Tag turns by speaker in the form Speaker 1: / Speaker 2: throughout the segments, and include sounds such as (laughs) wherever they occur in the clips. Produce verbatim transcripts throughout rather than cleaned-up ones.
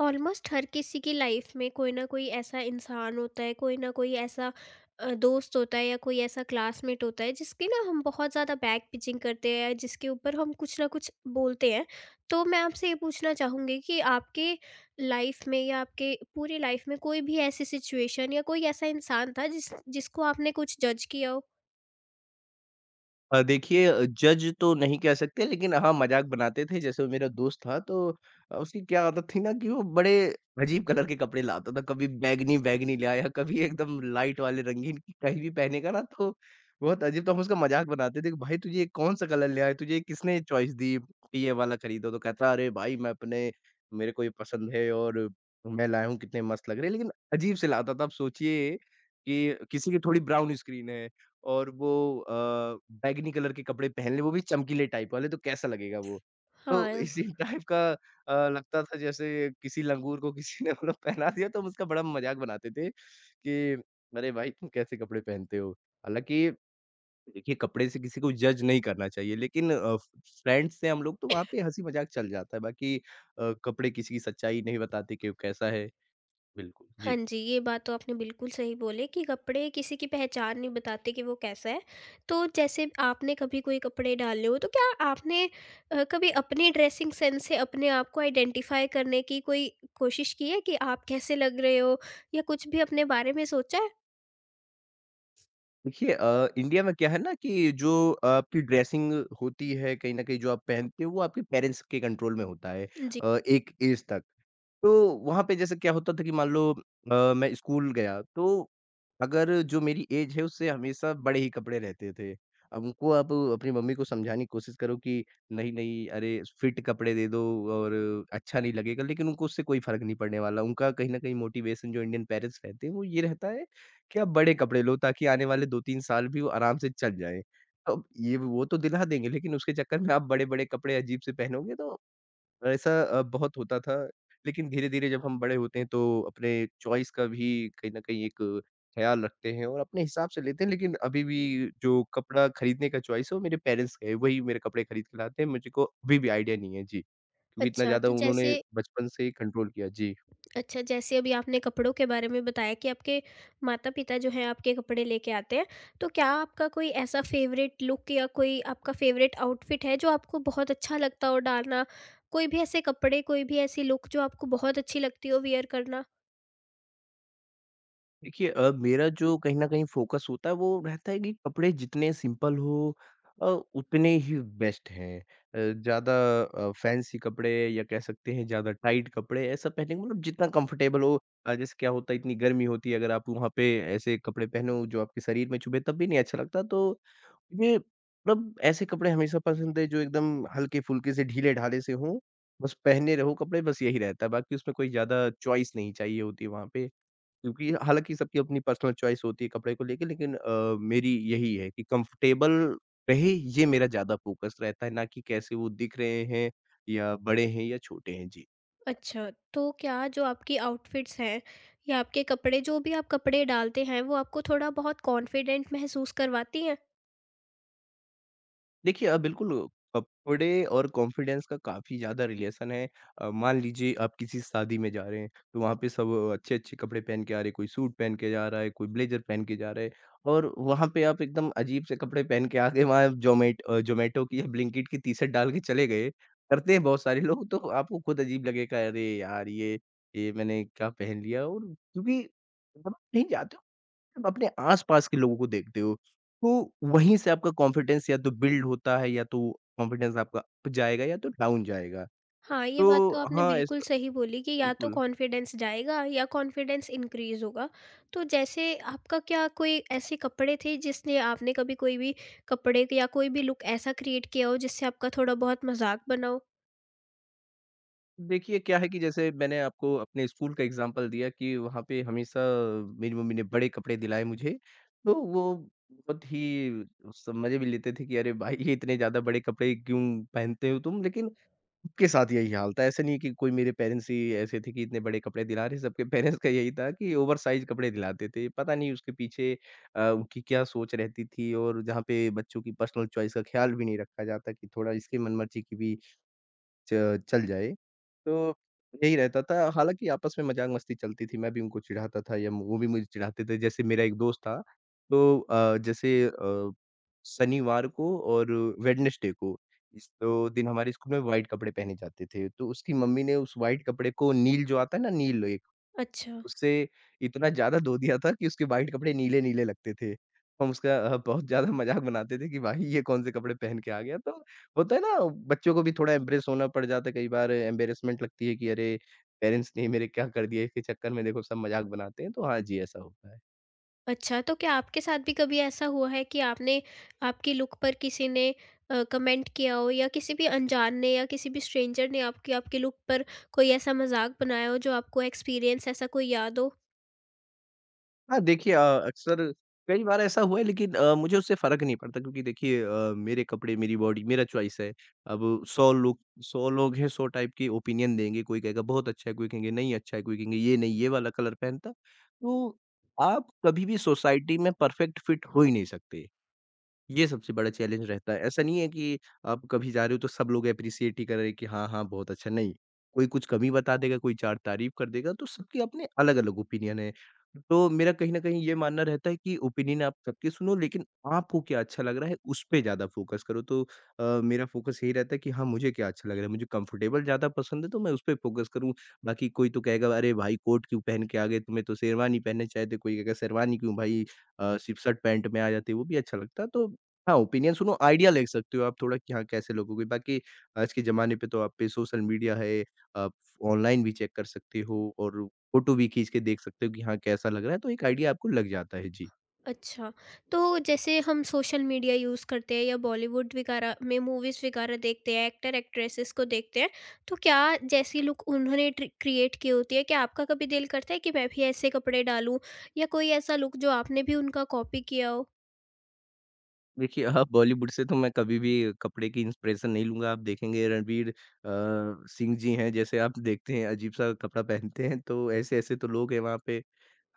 Speaker 1: Almost हर किसी की life में कोई ना कोई ऐसा इंसान होता है, कोई ना कोई ऐसा अ, दोस्त होता है या कोई ऐसा क्लासमेट होता है जिसकी ना हम बहुत ज़्यादा बैक पिचिंग करते हैं, जिसके ऊपर हम कुछ ना कुछ बोलते हैं। तो मैं आपसे ये पूछना चाहूँगी कि आपके लाइफ में या आपके पूरी लाइफ में कोई भी ऐसी सिचुएशन या कोई ऐसा इंसान था जिस जिसको आपने कुछ जज किया हो?
Speaker 2: अ, देखिए, अ, जज तो नहीं कह सकते, लेकिन हाँ, मज़ाक बनाते थे। जैसे वो मेरा दोस्त था, तो अ, उसकी क्या आदत थी ना कि वो बड़े अजीब कलर के कपड़े लाता था। कभी बैंगनी-बैंगनी ले आया, कभी एकदम लाइट वाले रंगीन कहीं भी पहनेगा ना, तो बहुत अजीब। तो हम उसका मज़ाक बनाते थे कि भाई तुझे ये कौन सा कलर ले आया? तुझे किसने चॉइस दी कि ये वाला खरीदो? तो कहता, अरे भाई मैं अपने मेरे को ये पसंद है और मैं लाया हूँ कितने मस्त लग रहे हैं। लेकिन अजीब से लाता था। अब सोचिए कि किसी की थोड़ी ब्राउन स्किन है। और वो अ, बैंगनी कलर के कपड़े पहन ले, वो भी चमकीले टाइप वाले, तो कैसा लगेगा वो? तो
Speaker 1: हाँ।
Speaker 2: इसी (laughs) टाइप का अ, लगता था जैसे किसी लंगूर को किसी ने मतलब पहना दिया। तो हम उसका बड़ा मज़ाक बनाते थे कि, "अरे भाई तुम कैसे कपड़े पहनते हो?" हालाँकि देखिए, कपड़े से किसी को जज नहीं करना चाहिए, लेकिन अ, फ्रेंड्स से हम लोग तो वहाँ पे हँसी-मज़ाक चल जाता है। बाकी अ, कपड़े किसी की सच्चाई नहीं बताते कि वो कैसा है। बिल्कुल,
Speaker 1: हाँ
Speaker 2: जी।
Speaker 1: जी, ये बात तो आपने बिल्कुल सही बोली कि कपड़े किसी की पहचान नहीं बताते कि वो कैसा है। तो जैसे आपने कभी कोई कपड़े डाले हो, तो क्या आपने अ, कभी अपने ड्रेसिंग सेंस से अपने आप को आइडेंटिफ़ाई करने की कोई कोशिश की है कि आप कैसे लग रहे हो या कुछ भी अपने बारे में सोचा है?
Speaker 2: देखिए अ, इंडिया में क्या है ना कि जो आपकी ड्रेसिंग होती है, कहीं न कहीं जो आप पहनते हो वो आपके पेरेंट्स के कंट्रोल में होता है,
Speaker 1: जी।
Speaker 2: अ, एक एज तक। तो वहाँ पे जैसे क्या होता था कि मान लो अ, मैं स्कूल गया, तो अगर जो मेरी एज है उससे हमेशा बड़े ही कपड़े रहते थे। अब उनको आप अपनी मम्मी को समझाने की कोशिश करो कि नहीं-नहीं अरे फिट कपड़े दे दो और अच्छा नहीं लगेगा, लेकिन उनको उससे कोई फ़र्क नहीं पड़ने वाला। उनका कहीं न कहीं मोटिवेशन जो इंडियन पेरेंट्स रहते हैं वो ये रहता है कि आप बड़े कपड़े लो ताकि आने वाले दो तीन साल भी वो आराम से चल जाएँ। अब ये वो तो दिला देंगे, लेकिन उसके चक्कर में आप बड़े-बड़े कपड़े अजीब से पहनोगे, तो ऐसा अ, बहुत होता था। लेकिन धीरे-धीरे जब हम बड़े होते हैं तो अपने चॉइस का भी कहीं न कहीं एक ख़्याल रखते हैं और अपने हिसाब से लेते हैं, लेकिन अभी भी जो कपड़ा खरीदने का चॉइस है वो मेरे पेरेंट्स का है। वही मेरे कपड़े खरीद के लाते हैं, मुझे को अभी भी आइडिया नहीं है। जी, क्योंकि इतना
Speaker 1: अच्छा,
Speaker 2: ज़्यादा
Speaker 1: तो
Speaker 2: उन्होंने
Speaker 1: जैसे
Speaker 2: बचपन से ही कंट्रोल किया। जी।
Speaker 1: अच्छा, जैसे अभी आपने कपड़ों के बारे में बताया कि आपके माता-पिता जो हैं आपके कपड़े लेके आते हैं, तो क्या आपका कोई ऐसा फ़ेवरेट लुक या कोई आपका फ़ेवरेट आउटफिट है जो आपको बहुत अच्छा लगता हो डालना? कोई भी ऐसे कपड़े, कोई भी ऐसी लुक जो आपको बहुत अच्छी लगती हो वियर करना?
Speaker 2: देखिए अ, मेरा जो कहीं न कहीं फ़ोकस होता है वो रहता है कि कपड़े जितने सिंपल हो अ, उतने ही बेस्ट हैं। अ, ज़्यादा अ, फैंसी कपड़े या कह सकते हैं ज़्यादा टाइट कपड़े ऐसा पहनेंगे, मतलब जितना कंफर्टेबल हो। अ, जैसे क्या होता है इतनी गर्मी होती है, अगर आप वहाँ पे ऐसे कपड़े पहनो जो आपके शरीर में चुभे तब भी नहीं अच्छा लगता। तो ये मतलब ऐसे कपड़े हमेशा पसंद है जो एकदम हल्के-फुल्के से ढीले-ढाले से हों। बस पहने रहो कपड़े, बस यही रहता है। बाकी उसमें कोई ज़्यादा चॉइस नहीं चाहिए होती है वहाँ पे। क्योंकि हालाँकि सबकी अपनी पर्सनल चॉइस होती है कपड़े को लेके, लेकिन अ, मेरी यही है कि कंफर्टेबल रहे, ये मेरा ज़्यादा फ़ोकस रहता है, ना कि कैसे वो दिख रहे हैं या बड़े हैं या छोटे हैं। जी।
Speaker 1: अच्छा, तो क्या जो आपकी आउटफिट्स हैं या आपके कपड़े, जो भी आप कपड़े डालते हैं, वो आपको थोड़ा बहुत कॉन्फिडेंट महसूस करवाती हैं?
Speaker 2: देखिए अ, बिल्कुल, कपड़े और कॉन्फिडेंस का काफ़ी ज़्यादा रिलेशन है। अ, मान लीजिए आप किसी शादी में जा रहे हैं, तो वहाँ पे सब अच्छे-अच्छे कपड़े पहन के आ रहे हैं, कोई सूट पहन के जा रहा है, कोई ब्लेज़र पहन के जा रहा है, और वहाँ पे आप एकदम अजीब से कपड़े पहन के आ गए, वहाँ ज़ोमैट अ, ज़ोमैटो की या ब्लिंकिट की टी-शर्ट डाल के चले गए। करते हैं बहुत सारे लोग, तो आपको खुद अजीब लगेगा, अरे यार! ये ये मैंने क्या पहन लिया, और क्योंकि मतलब कहीं जाते आप अपने आस-पास के लोगों को देखते हो, तो वहीं से आपका कॉन्फिडेंस या तो बिल्ड होता है या तो कॉन्फिडेंस आपका अप जाएगा या तो डाउन जाएगा।
Speaker 1: हाँ, ये बात तो
Speaker 2: तो
Speaker 1: आपने
Speaker 2: हाँ,
Speaker 1: बिल्कुल
Speaker 2: ऐसा
Speaker 1: सही बोली कि या तो
Speaker 2: बिल्कुल।
Speaker 1: कॉन्फिडेंस जाएगा या कॉन्फिडेंस इंक्रीज़ होगा। तो जैसे आपका क्या कोई ऐसे कपड़े थे जिसने आपने कभी कोई भी कपड़े या कोई भी लुक ऐसा क्रिएट किया हो जिससे आपका थोड़ा बहुत मज़ाक बना हो?
Speaker 2: देखिए क्या है कि जैसे मैंने आपको अपने स्कूल का एग्ज़ाम्पल दिया कि वहाँ पे हमेशा मेरी मम्मी ने बड़े कपड़े दिलाए मुझे, तो वो बहुत ही उस मज़े भी लेते थे कि अरे भाई ये इतने ज़्यादा बड़े कपड़े क्यों पहनते हो तुम? लेकिन सबके साथ यही हाल था। ऐसा नहीं है कि कोई मेरे पेरेंट्स ही ऐसे थे कि इतने बड़े कपड़े दिला रहे, सबके पेरेंट्स का यही था कि ओवरसाइज़ कपड़े दिलाते थे। पता नहीं उसके पीछे अ, उनकी क्या सोच रहती थी, और जहाँ पे बच्चों की पर्सनल चॉइस का ख्याल भी नहीं रखा जाता कि थोड़ा इसकी मनमर्ज़ी की भी च चल जाए। तो यही रहता था, हालाँकि आपस में मज़ाक-मस्ती चलती थी, मैं भी उनको चिढ़ाता था या वो भी मुझे चिढ़ाते थे। जैसे मेरा एक दोस्त था, तो अ, जैसे अ, शनिवार को और वेडनेसडे को, इस दो दिन हमारे स्कूल में व्हाइट कपड़े पहने जाते थे। तो उसकी मम्मी ने उस व्हाइट कपड़े को नील जो आता है ना नील
Speaker 1: अच्छा।
Speaker 2: उससे इतना ज़्यादा धो दिया था कि उसके वाइट कपड़े नीले-नीले लगते थे। हम उसका अ, बहुत ज़्यादा मज़ाक बनाते थे कि भाई ये कौन से कपड़े पहन के आ गया। तो होता है ना, बच्चों को भी थोड़ा एम्प्रेस होना पड़ जाता है, कई बार एम्बैरेसमेंट लगती है कि अरे! पेरेंट्स ने मेरे क्या कर दिया, इसके चक्कर में देखो सब मज़ाक बनाते हैं। तो हाँ जी, ऐसा होता है।
Speaker 1: अच्छा, तो क्या आपके साथ भी कभी ऐसा हुआ है कि आपने आपकी लुक पर किसी ने अ, कमेंट किया हो, या किसी भी अनजान ने या किसी भी स्ट्रेंजर ने आपकी आपकी लुक पर कोई ऐसा मज़ाक बनाया हो, जो आपको एक्सपीरियंस ऐसा कोई याद हो?
Speaker 2: हाँ, देखिए अ, अक्सर कई बार ऐसा हुआ है, लेकिन अ, मुझे उससे फ़र्क नहीं पड़ता, क्योंकि देखिए अ, मेरे कपड़े, मेरी बॉडी, मेरा चॉइस है। अब सौ लोग, सौ लोग हैं, सौ टाइप के ओपिनियन देंगे, कोई कहेगा बहुत अच्छा है, कोई कहेंगे नहीं अच्छा है, कोई कहेंगे ये नहीं, ये वाला कलर पहनता। तो आप कभी भी सोसाइटी में परफ़ेक्ट फिट हो ही नहीं सकते। ये सबसे बड़ा चैलेंज रहता है। ऐसा नहीं है कि आप कभी जा रहे हो तो सब लोग एप्रिशिएट ही कर रहे हैं कि हाँ, हाँ, बहुत अच्छा, नहीं। कोई कुछ कमी बता देगा, कोई चार तारीफ़ कर देगा, तो सबके अपने अलग-अलग ओपिनियन हैं। तो मेरा कहीं न कहीं ये मानना रहता है कि ओपिनियन आप सबके सुनो, लेकिन आपको क्या अच्छा लग रहा है, उस पे ज़्यादा फ़ोकस करो। तो अ, मेरा फ़ोकस यही रहता है कि हाँ, मुझे क्या अच्छा लग रहा है, मुझे कंफ़र्टेबल ज़्यादा पसंद है, तो मैं उस पे फ़ोकस करूँ। बाकी कोई तो कहेगा, "अरे भाई कोट क्यों पहन के आ गए, तुम्हें तो शेरवानी पहनने चाहिए थे।" कोई कहेगा, "शेरवानी क्यों भाई, अ, सिर्फ़ शर्ट पैंट में आ जाते, वो भी अच्छा लगता।" तो हाँ, ओपिनियन सुनो, आइडिया ले सकते हो आप थोड़ा कि हाँ, कैसे लोगों के। बाकी आज के ज़माने पे तो आप पे सोशल मीडिया है, आप ऑनलाइन भी चेक कर सकते हो और फ़ोटो भी खींच के देख सकते हो कि हाँ, कैसा लग रहा है, तो एक आइडिया आपको लग जाता है। जी।
Speaker 1: अच्छा, तो जैसे हम सोशल मीडिया यूज़ करते हैं या बॉलीवुड वगैरह में मूवीज़ वगैरह देखते हैं, एक्टर एक्ट्रेसेस को देखते हैं, तो क्या जैसी लुक उन्होंने ट्रि क्रिएट की होती है, क्या आपका कभी दिल करता है कि मैं भी ऐसे कपड़े डालूँ या कोई ऐसा लुक जो आपने भी उनका कॉपी किया हो?
Speaker 2: देखिए, आप बॉलीवुड से तो मैं कभी भी कपड़े की इंस्पिरेशन नहीं लूँगा। आप देखेंगे रणवीर अ, सिंह जी हैं, जैसे आप देखते हैं अजीब-सा कपड़ा पहनते हैं, तो ऐसे-ऐसे तो लोग हैं वहाँ पे।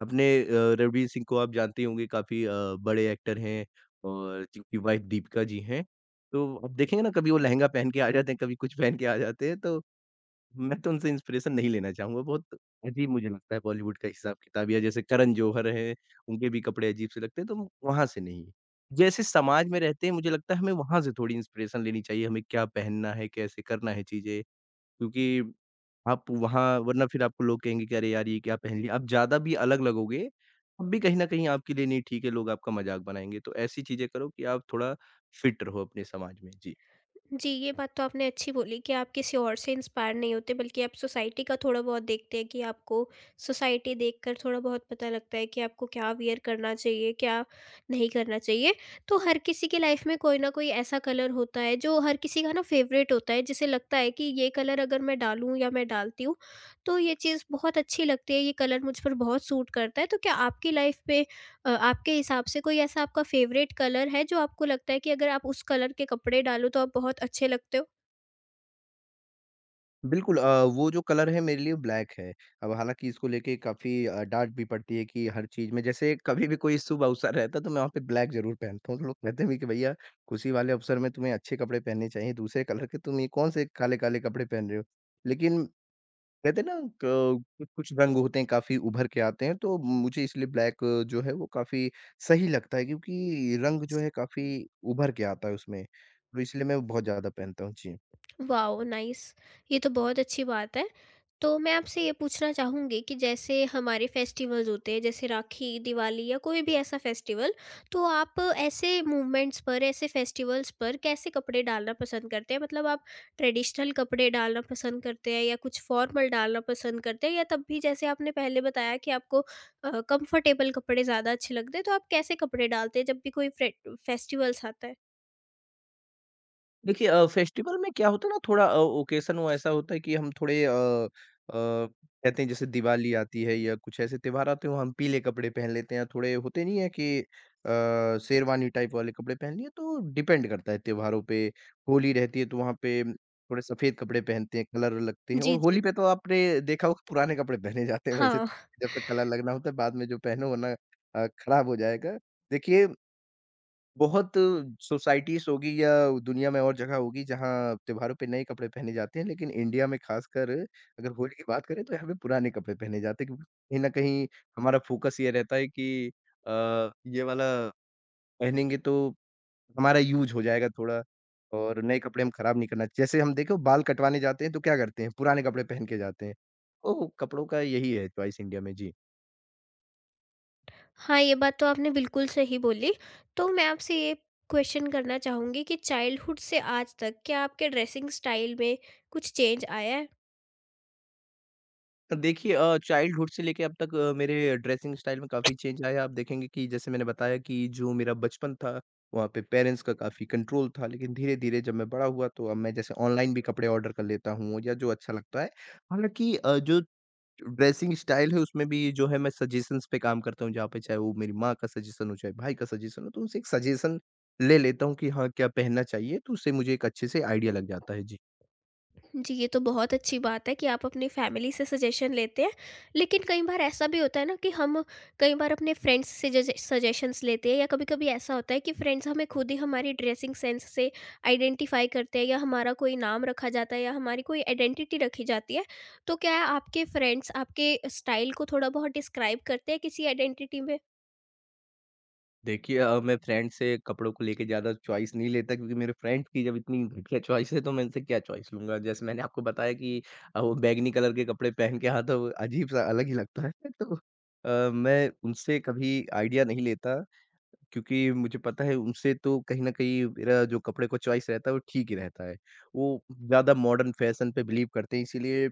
Speaker 2: अपने अ, रणवीर सिंह को आप जानते ही होंगे, काफ़ी अ, बड़े एक्टर हैं, और जिनकी वाइफ दीपिका जी हैं। तो आप देखेंगे ना कभी वो लहंगा पहन के आ जाते हैं, कभी कुछ पहन के आ जाते हैं, तो मैं तो उनसे इंस्पिरेशन नहीं लेना चाहूँगा। बहुत अजीब मुझे लगता है बॉलीवुड का हिसाब-किताब, या जैसे करण जौहर हैं, उनके भी कपड़े अजीब से लगते हैं, तो वहाँ से नहीं। जैसे समाज में रहते हैं, मुझे लगता है हमें वहाँ से थोड़ी इंस्पिरेशन लेनी चाहिए, हमें क्या पहनना है, कैसे करना है चीज़ें, क्योंकि आप वहाँ वरना फिर आपको लोग कहेंगे कि अरे यार ये क्या पहन लिया? आप ज़्यादा भी अलग लगोगे, तब भी कहीं न कहीं आपके लिए नहीं ठीक है, लोग आपका मज़ाक बनाएँगे। तो ऐसी चीज़ें करो कि आप थोड़ा फिट रहो अपने समाज में। जी।
Speaker 1: जी, ये बात तो आपने अच्छी बोली कि आप किसी और से इंस्पायर नहीं होते बल्कि आप सोसाइटी का थोड़ा बहुत देखते हैं कि आपको सोसाइटी देखकर थोड़ा बहुत पता लगता है कि आपको क्या वियर करना चाहिए, क्या नहीं करना चाहिए। तो हर किसी की लाइफ में कोई ना कोई ऐसा कलर होता है, जो हर किसी का ना फेवरेट होता है, जिसे लगता है कि ये कलर अगर मैं डालूँ या मैं डालती हूँ, तो ये चीज़ बहुत अच्छी लगती है, ये कलर मुझ पर बहुत सूट करता है। तो क्या आपकी लाइफ पे अ, आपके हिसाब से कोई ऐसा आपका फ़ेवरेट कलर है जो आपको लगता है कि अगर आप उस कलर के कपड़े डालो तो आप बहुत अच्छे लगते हो?
Speaker 2: बिल्कुल अ, वो जो कलर है मेरे लिए ब्लैक है। अब हालाँकि इसको लेके काफ़ी अ, डाँट भी पड़ती है कि हर चीज़ में, जैसे कभी भी कोई शुभ अवसर रहता है तो मैं वहाँ पे ब्लैक ज़रूर पहनता हूँ। तो लोग कहते भी कि भैया खुशी वाले अवसर में तुम्हें अच्छे कपड़े पहनने चाहिए, दूसरे कलर के, तुम ये कौन से काले-काले कपड़े पहन रहे हो? लेकिन कहते हैं ना। क कुछ कुछ रंग होते हैं काफ़ी उभर के आते हैं, तो मुझे इसलिए ब्लैक जो है वो काफ़ी सही लगता है क्योंकि रंग जो है काफ़ी उभर के आता है उसमें, तो इसलिए मैं बहुत ज़्यादा पहनता हूँ। जी।
Speaker 1: वाओ! नाइस। ये तो बहुत अच्छी बात है। तो मैं आपसे ये पूछना चाहूँगी कि जैसे हमारे फेस्टिवल्स होते हैं, जैसे राखी, दिवाली या कोई भी ऐसा फेस्टिवल, तो आप ऐसे मूवमेंट्स पर, ऐसे फेस्टिवल्स पर कैसे कपड़े डालना पसंद करते हैं? मतलब आप ट्रेडिशनल कपड़े डालना पसंद करते हैं या कुछ फॉर्मल डालना पसंद करते हैं, या तब भी जैसे आपने पहले बताया कि आपको अ, कंफर्टेबल कपड़े ज़्यादा अच्छे लगते हैं, तो आप कैसे कपड़े डालते हैं जब भी कोई फ्रे फेस्टिवल्स आता है?
Speaker 2: देखिए, अ, फेस्टिवल में क्या होता है ना, थोड़ा अ, ओकेशन वो ऐसा होता है कि हम थोड़े अ अ, कहते हैं जैसे दिवाली आती है या कुछ ऐसे त्योहार आते हैं वहाँ हम पीले कपड़े पहन लेते हैं, थोड़े होते नहीं है कि अ, शेरवानी टाइप वाले कपड़े पहन लिए, तो डिपेंड करता है त्योहारों पे। होली रहती है तो वहाँ पे थोड़े सफेद कपड़े पहनते हैं, कलर लगते हैं और
Speaker 1: जी, जी।
Speaker 2: होली पे तो आपने देखा होगा पुराने कपड़े पहने जाते हैं। वैसे
Speaker 1: हाँ।
Speaker 2: तो जब तक कलर लगना होता है बाद में जो पहनो वो ना अ, खराब हो जाएगा। देखिए बहुत सोसाइटीज़ होगी या दुनिया में और जगह होगी जहाँ त्योहारों पे नए कपड़े पहने जाते हैं, लेकिन इंडिया में ख़ासकर अगर होली की बात करें तो यहाँ पे पुराने कपड़े पहने जाते हैं क्योंकि कहीं न कहीं हमारा फ़ोकस ये रहता है कि अ, ये वाला पहनेंगे तो हमारा यूज़ हो जाएगा थोड़ा और नए कपड़े हम ख़राब नहीं करना। जैसे हम देखो बाल कटवाने जाते हैं तो क्या करते हैं? पुराने कपड़े पहन के जाते हैं। तो कपड़ों का यही है चॉइस इंडिया में। जी।
Speaker 1: हाँ, ये बात तो आपने बिल्कुल सही बोली। तो मैं आपसे ये क्वेश्चन करना चाहूँगी कि चाइल्डहुड से आज तक क्या आपके ड्रेसिंग स्टाइल में कुछ चेंज आया है?
Speaker 2: देखिए, अ, चाइल्डहुड से लेके अब तक अ, मेरे ड्रेसिंग स्टाइल में काफ़ी चेंज आया है। आप देखेंगे कि जैसे मैंने बताया कि जो मेरा बचपन था, वहाँ पे पेरेंट्स का काफ़ी कंट्रोल था। लेकिन धीरे-धीरे जब मैं बड़ा हुआ तो अब मैं जैसे ऑनलाइन भी कपड़े ऑर्डर कर लेता हूँ या जो अच्छा लगता है। हालाँकि अ, जो ड्रेसिंग स्टाइल है उसमें भी जो है मैं सजेशंस पे काम करता हूँ, जहाँ पे चाहे वो मेरी माँ का सजेशन हो, चाहे भाई का सजेशन हो, तो उनसे एक सजेशन ले लेता हूँ कि हाँ, क्या पहनना चाहिए, तो उससे मुझे एक अच्छे से आइडिया लग जाता है। जी।
Speaker 1: जी, ये तो बहुत अच्छी बात है कि आप अपनी फैमिली से सजेशन लेते हैं। लेकिन कई बार ऐसा भी होता है ना कि हम कई बार अपने फ्रेंड्स से जजे सजेशंस लेते हैं, या कभी-कभी ऐसा होता है कि फ्रेंड्स हमें खुद ही हमारी ड्रेसिंग सेंस से आइडेंटिफ़ाई करते हैं, या हमारा कोई नाम रखा जाता है या हमारी कोई आइडेंटिटी रखी जाती है। तो क्या आपके फ्रेंड्स आपके स्टाइल को थोड़ा-बहुत डिस्क्राइब करते हैं किसी आइडेंटिटी में?
Speaker 2: देखिए, अ, मैं फ्रेंड से कपड़ों को लेके ज़्यादा चॉइस नहीं लेता क्योंकि मेरे फ्रेंड की जब इतनी घटिया चॉइस है तो मैं इनसे क्या चॉइस लूँगा। जैसे मैंने आपको बताया कि अ, वो बैंगनी कलर के कपड़े पहन के आता है, वो अजीब-सा अलग ही लगता है (laughs) तो अ, मैं उनसे कभी आइडिया नहीं लेता क्योंकि मुझे पता है उनसे तो कहीं न कहीं मेरा जो कपड़े का चॉइस रहता है वो ठीक ही रहता है। वो ज़्यादा मॉडर्न फैशन पे बिलीव करते हैं इसीलिए।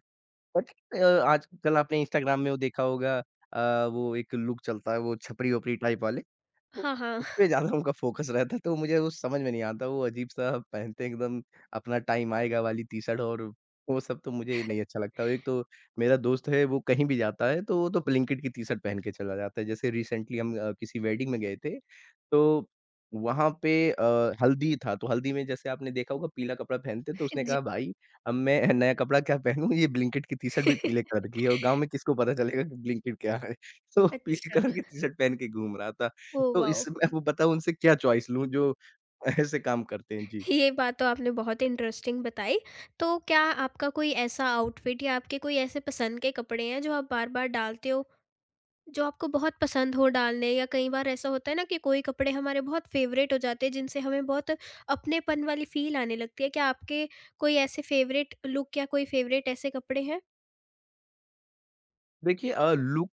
Speaker 2: अच्छा, अ, आजकल आपने इंस्टाग्राम में वो देखा होगा, अ, वो एक लुक चलता है वो छपरी-वपरी टाइप वाले, तो
Speaker 1: हाँ, हाँ।
Speaker 2: उसपे ज़्यादा उनका फ़ोकस रहता है, तो मुझे वो समझ में नहीं आता, वो अजीब-सा पहनते हैं एकदम। अपना टाइम आएगा वाली टी-शर्ट और वो सब तो मुझे नहीं अच्छा लगता। एक तो मेरा दोस्त है वो कहीं भी जाता है तो वो तो ब्लिंकिट की टी-शर्ट पहन के चला जाता है। जैसे रिसेंटली हम अ, किसी वेडिंग में गए थे, तो वहाँ पे अ, हल्दी था, तो हल्दी में जैसे आपने देखा होगा पीला कपड़ा पहनते हैं, तो उसने कहा, भाई अब मैं नया कपड़ा क्या पहनूँ? ये ब्लिंकिट की टी-शर्ट भी पीले कलर
Speaker 1: (laughs)
Speaker 2: की है और गाँव में किसको पता चलेगा कि ब्लिंकिट क्या है? (laughs) तो पीले
Speaker 1: अच्छा।
Speaker 2: कलर की टी-शर्ट पहन के घूम रहा था।
Speaker 1: ओह
Speaker 2: तो
Speaker 1: वाओ!
Speaker 2: इसमें आपको पता है उनसे क्या चॉइस लूँ जो ऐसे काम करते हैं? जी।
Speaker 1: ये बात तो आपने बहुत इंटरेस्टिंग बताई। तो क्या आपका कोई ऐसा आउटफिट या आपके कोई ऐसे पसंद के कपड़े हैं जो आप बार-बार डालते हो, जो आपको बहुत पसंद हो डालने, या कई बार ऐसा होता है ना कि कोई कपड़े हमारे बहुत फ़ेवरेट हो जाते हैं जिनसे हमें बहुत अपनेपन वाली फ़ील आने लगती है। क्या आपके कोई ऐसे फ़ेवरेट लुक या कोई फ़ेवरेट ऐसे कपड़े हैं?
Speaker 2: देखिए, अ, लुक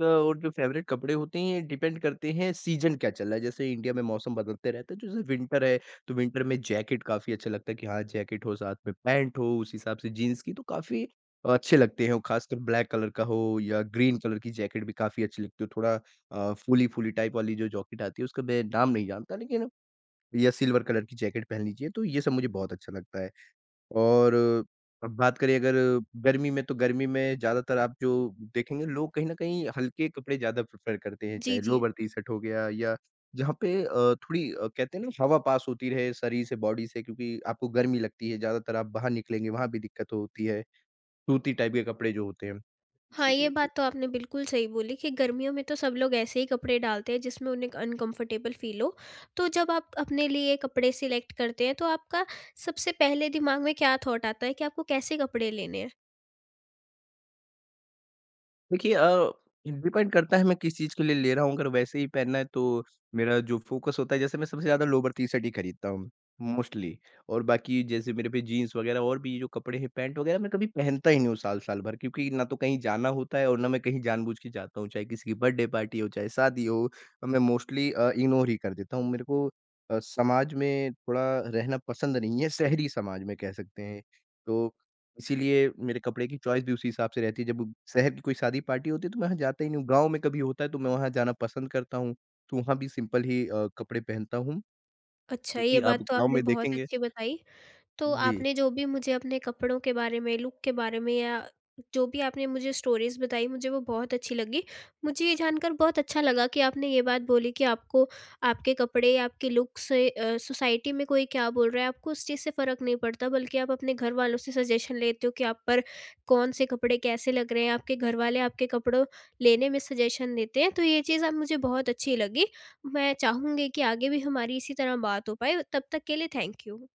Speaker 2: का और जो फ़ेवरेट कपड़े होते हैं, ये डिपेंड करते हैं सीज़न क्या चल रहा है। जैसे इंडिया में मौसम बदलते रहता है, तो जैसे विंटर है, तो विंटर में जैकेट काफ़ी अच्छा लगता है कि हाँ, जैकेट हो, साथ में पैंट हो, उस हिसाब से जीन्स की तो काफ़ी अच्छे लगते हैं और ख़ासकर ब्लैक कलर का हो या ग्रीन कलर की जैकेट भी काफ़ी अच्छी लगती है। थोड़ा अ, फूली-फूली टाइप वाली जो जैकेट आती है, उसका मैं नाम नहीं जानता, लेकिन या सिल्वर कलर की जैकेट पहन लीजिए, तो ये सब मुझे बहुत अच्छा लगता है। और अब बात करें अगर गर्मी में, तो गर्मी में ज़्यादातर आप जो देखेंगे लोग कहीं न कहीं हल्के कपड़े ज़्यादा प्रेफ़र करते हैं,
Speaker 1: जी,
Speaker 2: चाहे
Speaker 1: जी।
Speaker 2: लोवर टी-शर्ट हो गया या जहाँ पे अ, थोड़ी अ, कहते हैं ना हवा पास होती रहे शरीर से, बॉडी से क्योंकि आपको गर्मी लगती है, ज़्यादातर आप बाहर निकलेंगे वहाँ भी दिक्कत होती है, सूती टाइप के कपड़े जो होते हैं,
Speaker 1: हाँ, ये
Speaker 2: इसीलिए।
Speaker 1: बात तो आपने बिल्कुल सही बोली कि गर्मियों में तो सब लोग ऐसे ही कपड़े डालते हैं जिसमें उन्हें अनकंफर्टेबल फ़ील हो। तो जब आप अपने लिए कपड़े सिलेक्ट करते हैं, तो आपका सबसे पहले दिमाग में क्या थॉट आता है कि आपको कैसे कपड़े लेने हैं?
Speaker 2: देखिए, अ, डिपेंड करता है मैं किस चीज़ के लिए ले रहा हूँ, अगर वैसे ही पहनना है तो मेरा जो फ़ोकस होता है जैसे मैं सबसे ज़्यादा लोवर टी-शर्ट ही खरीदता हूँ, मोस्टली। और बाकी जैसे मेरे पे जीन्स वग़ैरह और भी जो कपड़े हैं, पैंट वग़ैरह मैं कभी पहनता ही नहीं हूँ साल साल भर, क्योंकि ना तो कहीं जाना होता है और ना मैं कहीं जानबूझ के जाता हूँ, चाहे किसी की बर्थडे पार्टी हो, चाहे शादी हो, मैं मोस्टली अ, इग्नोर ही कर देता हूँ। मेरे को अ, समाज में थोड़ा रहना पसंद नहीं है, शहरी समाज में कह सकते हैं। तो इसीलिए मेरे कपड़े की चॉइस भी उसी हिसाब से रहती है। जब शहर की कोई शादी पार्टी होती है तो मैं वहाँ जाता ही नहीं हूँ। गाँव में कभी होता है तो मैं वहाँ जाना पसंद करता हूँ। तो वहाँ भी सिंपल ही अ, कपड़े पहनता हूँ
Speaker 1: अच्छा, ये
Speaker 2: क्योंकि
Speaker 1: बात
Speaker 2: आप
Speaker 1: तो
Speaker 2: गाँव
Speaker 1: आपने
Speaker 2: में
Speaker 1: बहुत
Speaker 2: देखेंगे।
Speaker 1: अच्छी बताई। तो
Speaker 2: जी।
Speaker 1: आपने जो भी मुझे अपने कपड़ों के बारे में, लुक के बारे में, या जो भी आपने मुझे स्टोरीज़ बताई मुझे वो बहुत अच्छी लगी। मुझे ये जानकर बहुत अच्छा लगा कि आपने ये बात बोली कि आपको आपके कपड़े, या आपके लुक से अ, सोसाइटी में कोई क्या बोल रहा है आपको उस चीज़ से फ़र्क नहीं पड़ता, बल्कि आप अपने घर वालों से सजेशन लेते हो कि आप पर कौन से कपड़े कैसे लग रहे हैं, आपके घर वाले आपके कपड़ों लेने में सजेशन देते हैं। तो ये चीज़ अब मुझे बहुत अच्छी लगी। मैं चाहूँगी कि आगे भी हमारी इसी तरह बात हो पाए। तब तक के लिए थैंक यू।